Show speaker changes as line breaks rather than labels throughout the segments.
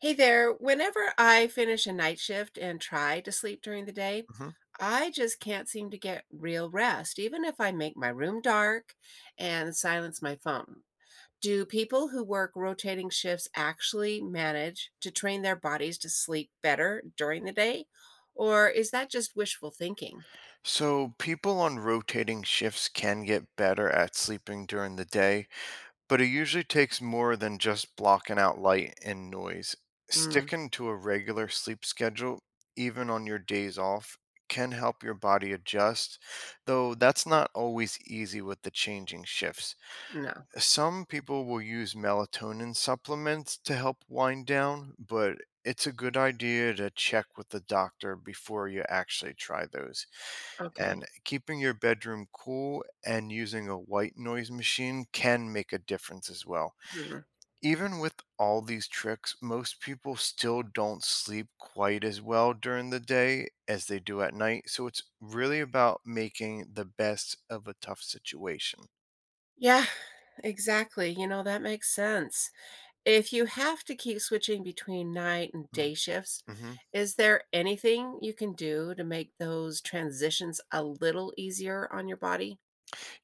Hey there. Whenever I finish a night shift and try to sleep during the day,
Mhm.
I just can't seem to get real rest, even if I make my room dark and silence my phone. Do people who work rotating shifts actually manage to train their bodies to sleep better during the day? Or is that just wishful thinking?
So, people on rotating shifts can get better at sleeping during the day, but it usually takes more than just blocking out light and noise.
Mm,
Sticking to a regular sleep schedule, even on your days off, can help your body adjust, though that's not always easy with the changing shifts.
no.
Some people will use melatonin supplements to help wind down, but it's a good idea to check with the doctor before you actually try those.
Okay.
And keeping your bedroom cool and using a white noise machine can make a difference as well.
Mm.
Even with all these tricks, most people still don't sleep quite as well during the day as they do at night. So it's really about making the best of a tough situation.
Yeah, exactly. That makes sense. If you have to keep switching between night and day shifts,
Mm-hmm.
is there anything you can do to make those transitions a little easier on your body?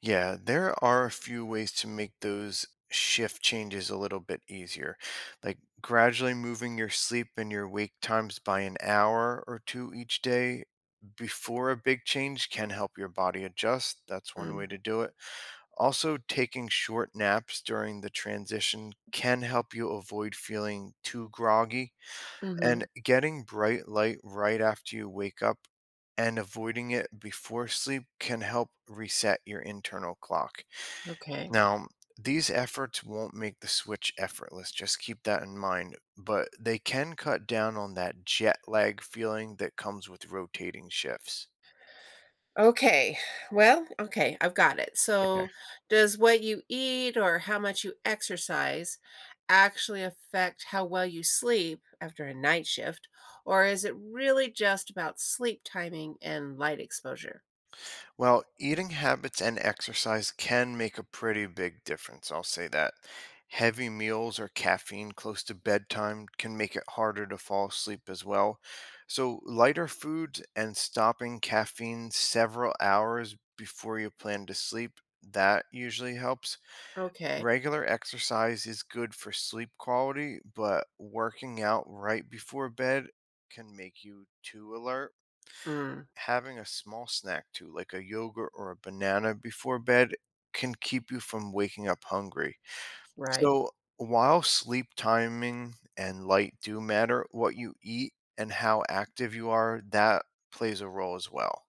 Yeah, there are a few ways to make those shift changes a little bit easier, like gradually moving your sleep and your wake times by an hour or two each day. Before a big change can help your body adjust. That's one way
Mm,
to do it. Also, taking short naps during the transition can help you avoid feeling too groggy
mhm,
and getting bright light right after you wake up and avoiding it before sleep can help reset your internal clock.
okay.
Now, these efforts won't make the switch effortless, just keep that in mind, but they can cut down on that jet lag feeling that comes with rotating shifts.
Okay. Well, okay, I've got it. So, does what you eat or how much you exercise actually affect how well you sleep after a night shift, or is it really just about sleep timing and light exposure?
Well, eating habits and exercise can make a pretty big difference, I'll say that. Heavy meals or caffeine close to bedtime can make it harder to fall asleep as well. So, lighter foods and stopping caffeine several hours before you plan to sleep, that usually helps.
Okay.
Regular exercise is good for sleep quality, but working out right before bed can make you too alert
Mm,
having a small snack too, like a yogurt or a banana before bed, can keep you from waking up hungry.
right.
So, while sleep timing and light do matter, what you eat and how active you are, that plays a role as well.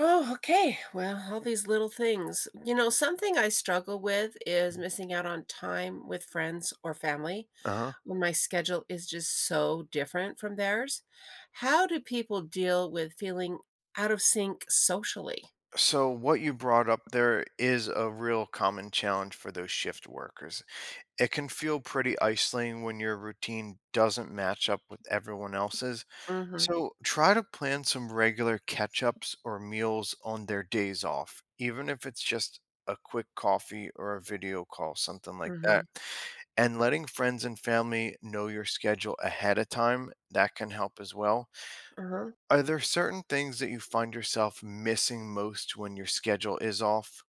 Oh, okay. Well, all these little things. Something I struggle with is missing out on time with friends or family
Uh-huh.
when my schedule is just so different from theirs. How do people deal with feeling out of sync socially?
So, what you brought up there is a real common challenge for those shift workers. It can feel pretty isolating when your routine doesn't match up with everyone else's.
Mm-hmm.
So try to plan some regular catch ups or meals on their days off, even if it's just a quick coffee or a video call, something like
Mm-hmm.
that. And letting friends and family know your schedule ahead of time, that can help as well.
Uh-huh.
Are there certain things that you find yourself missing most when your schedule is off?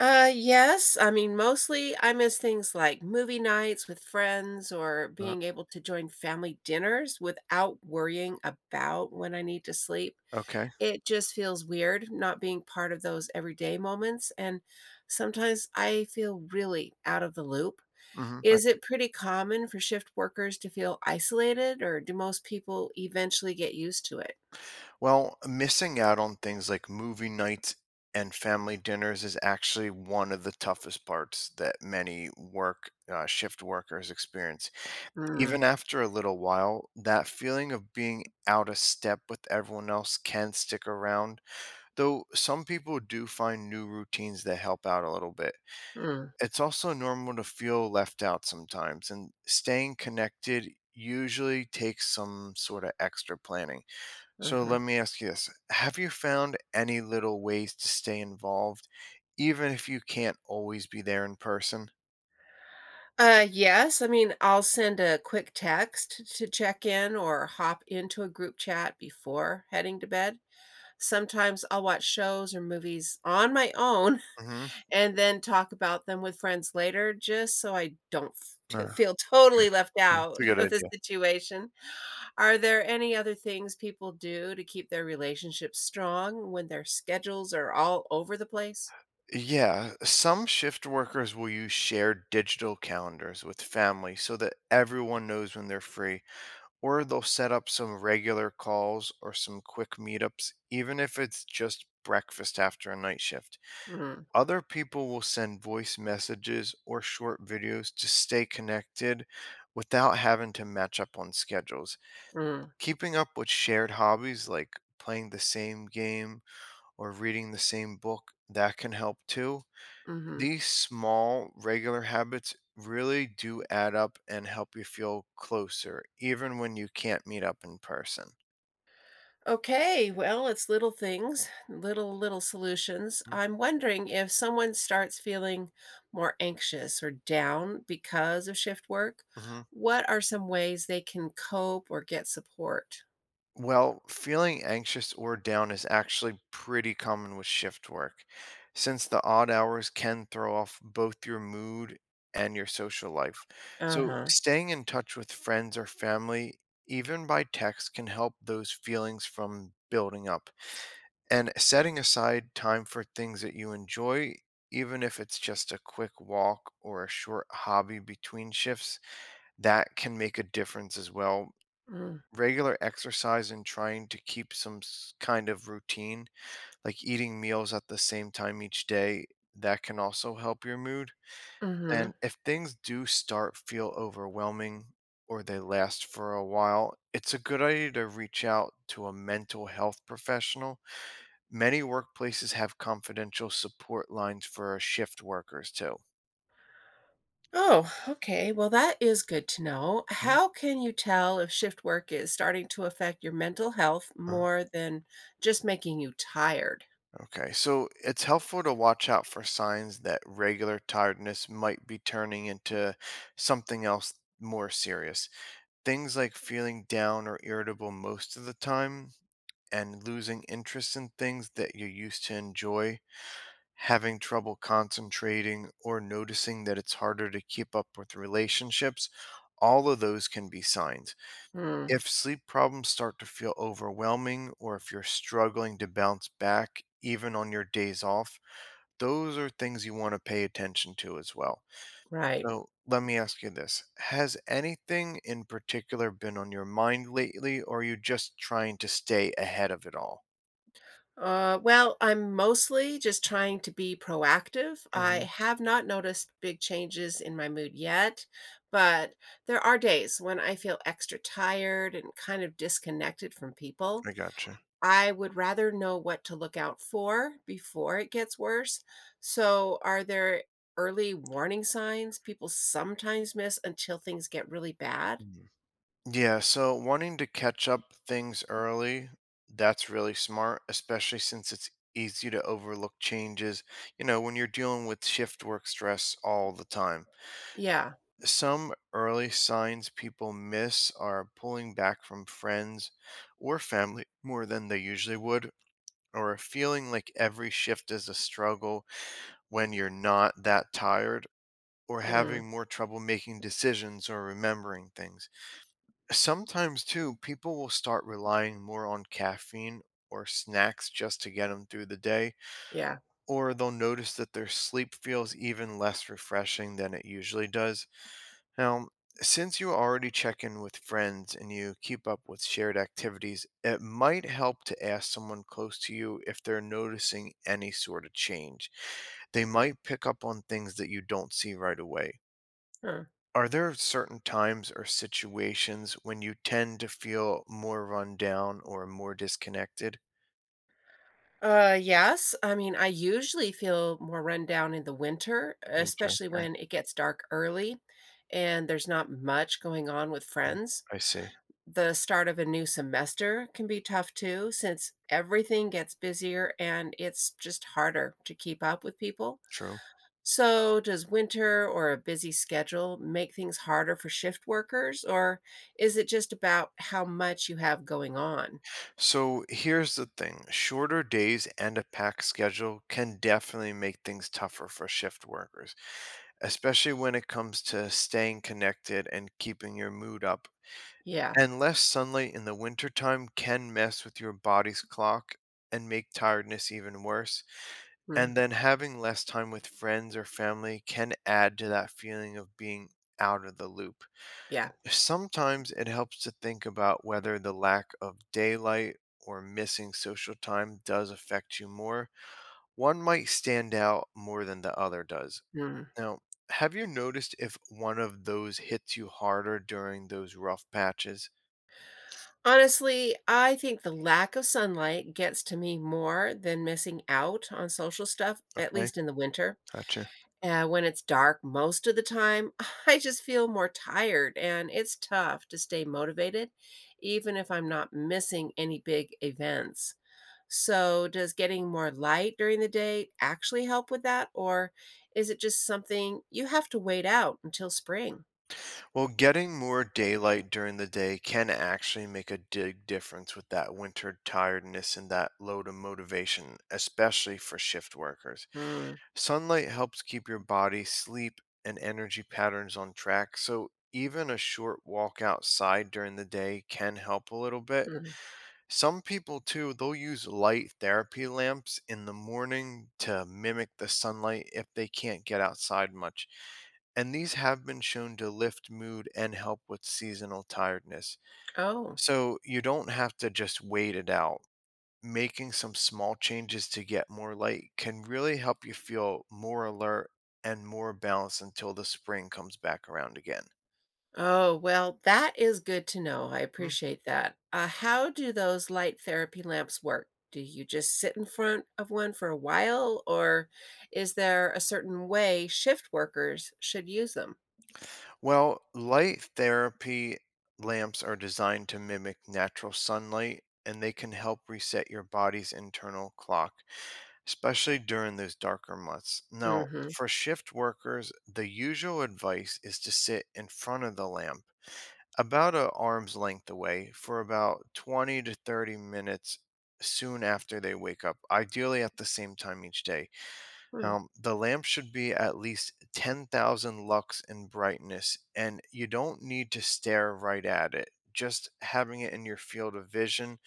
Yes, I mean mostly I miss things like movie nights with friends or
Uh,
being able to join family dinners without worrying about when I need to sleep.
okay.
It just feels weird not being part of those everyday moments, and sometimes I feel really out of the loop.
hmm
Is it pretty common for shift workers to feel isolated, or do most people eventually get used to it?
Well, missing out on things like movie nights and family dinners is actually one of the toughest parts that many work shift workers experience.
Mm,
Even after a little while, that feeling of being out of step with everyone else can stick around, though some people do find new routines that help out a little bit.
mm,
It's also normal to feel left out sometimes, and staying connected usually takes some sort of extra planning. So let
mhm.
me ask you this. Have you found any little ways to stay involved, even if you can't always be there in person?
Yes. I mean, I'll send a quick text to check in or hop into a group chat before heading to bed. Sometimes I'll watch shows or movies on my own
Mhm.
and then talk about them with friends later just so I don't f t
Uh,
feel totally left
that's a
out
good
of the
idea.
situation. Are there any other things people do to keep their relationships strong when their schedules are all over the place?
Yeah, some shift workers will use shared digital calendars with family so that everyone knows when they're free, or they'll set up some regular calls or some quick meetups, even if it's just breakfast after a night shift.
Mhm,
Other people will send voice messages or short videos to stay connected without having to match up on schedules.
mm,
Keeping up with shared hobbies like playing the same game or reading the same book, that can help too.
mhm.
These small, regular habits really do add up and help you feel closer, even when you can't meet up in person.
Okay, well, it's little things, little solutions. I'm wondering if someone starts feeling more anxious or down because of shift work,
Mm-hmm.
what are some ways they can cope or get support?
Well, feeling anxious or down is actually pretty common with shift work, since the odd hours can throw off both your mood and your social life. So,
Uh-huh.
staying in touch with friends or family, even by text, can help those feelings from building up. And setting aside time for things that you enjoy, even if it's just a quick walk or a short hobby between shifts, that can make a difference as well
Mm,
regular exercise and trying to keep kind of routine, like eating meals at the same time each day, that can also help your mood.
mhm.
And if things do start feel overwhelming or they last for a while, it's a good idea to reach out to a mental health professional. Many workplaces have confidential support lines for shift workers too.
Oh, okay, well, that is good to know. How can you tell if shift work is starting to affect your mental health
Mhm.
more than just making you tired?
Okay, so it's helpful to watch out for signs that regular tiredness might be turning into something else more serious. Things like feeling down or irritable most of the time and losing interest in things that you used to enjoy, having trouble concentrating, or noticing that it's harder to keep up with relationships. All of those can be signs.
Hmm,
If sleep problems start to feel overwhelming, or if you're struggling to bounce back even on your days off, those are things you wanna pay attention to as well.
right.
So, let me ask you this, has anything in particular been on your mind lately, or are you just trying to stay ahead of it all?
Well, I'm mostly just trying to be proactive. I
Mhm.
have not noticed big changes in my mood yet, but there are days when I feel extra tired and kind of disconnected from people.
I gotcha.
I would rather know what to look out for before it gets worse. So, are there early warning signs people sometimes miss until things get really bad?
Mhm. Yeah, so wanting to catch up things early, that's really smart, especially since it's easy to overlook changes, you know, when you're dealing with shift work stress all the time.
Yeah.
Some early signs people miss are pulling back from friends or family more than they usually would, or feeling like every shift is a struggle when you're not that tired, or
Mm,
having more trouble making decisions or remembering things. Sometimes, too, people will start relying more on caffeine or snacks just to get them through the day,
yeah.
or they'll notice that their sleep feels even less refreshing than it usually does. Now, since you already check in with friends and you keep up with shared activities, it might help to ask someone close to you if they're noticing any sort of change. They might pick up on things that you don't see right away.
Huh.
Are there certain times or situations when you tend to feel more run down or more disconnected?
Yes. I mean, I usually feel more run down in the winter,
Winter.
especially
Okay.
when it gets dark early and there's not much going on with
Mm,
friends.
I see.
The start of a new semester can be tough too, since everything gets busier and it's just harder to keep up with people.
True.
So, does winter or a busy schedule make things harder for shift workers, or is it just about how much you have going on?
So here's the thing shorter days and a packed schedule can definitely make things tougher for shift workers, especially when it comes to staying connected and keeping your mood up.
Yeah.
And less sunlight in the wintertime can mess with your body's clock and make tiredness even worse. And
Mm.
then having less time with friends or family can add to that feeling of being out of the loop.
Yeah.
Sometimes it helps to think about whether the lack of daylight or missing social time does affect you more. One might stand out more than the other does.
Mm.
Now, have you noticed if one of those hits you harder during those rough patches?
Honestly, I think the lack of sunlight gets to me more than missing out on social stuff, at
Okay,
least in the winter.
gotcha.
When it's dark most of the time, I just feel more tired and it's tough to stay motivated, even if I'm not missing any big events. So, does getting more light during the day actually help with that? Or is it just something you have to wait out until spring?
Well, getting more daylight during the day can actually make a big difference with that winter tiredness and that load of motivation, especially for shift workers.
Mm,
Sunlight helps keep your body, sleep, and energy patterns on track, so even a short walk outside during the day can help a little bit.
mm.
Some people, too, they'll use light therapy lamps in the morning to mimic the sunlight if they can't get outside much. And these have been shown to lift mood and help with seasonal tiredness.
Oh.
So you don't have to just wait it out making some small changes to get more light can really help you feel more alert and more balanced until the spring comes back around again.
Oh, well, that is good to know. I
Mm,
appreciate that. How do those light therapy lamps work? Do you just sit in front of one for a while, or is there a certain way shift workers should use them?
well, light therapy lamps are designed to mimic natural sunlight and they can help reset your body's internal clock, especially during those darker months. Now,
Mm-hmm.
for shift workers, the usual advice is to sit in front of the lamp about a arm's length away for about 20 to 30 minutes soon after they wake up, ideally at the same time each day. The lamp should be at least 10,000 lux in brightness, and you don't need to stare right at it. Just having it in your field of vision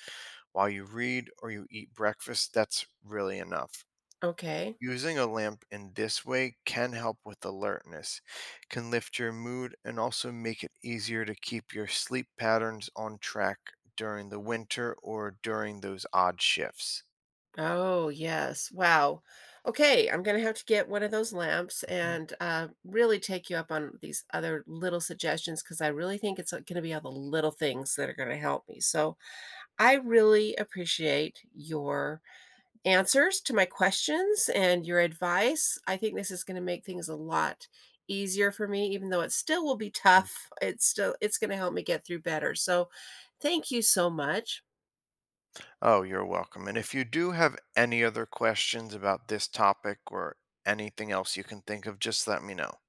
while you read or you eat breakfast, that's really enough.
Okay.
Using a lamp in this way can help with alertness, can lift your mood, and also make it easier to keep your sleep patterns on track during the winter or during those odd shifts.
Oh, yes. Wow. Okay. I'm going to have to get one of those lamps
Mhm.
and really take you up on these other little suggestions because I really think it's going to be all the little things that are going to help me. So I really appreciate your answers to my questions and your advice. I think this is going to make things a lot easier for me even though it still will be
Mm.
tough. It's still it's going to help me get through better. So, thank you so much.
Oh, you're welcome. And if you do have any other questions about this topic or anything else you can think of, just let me know.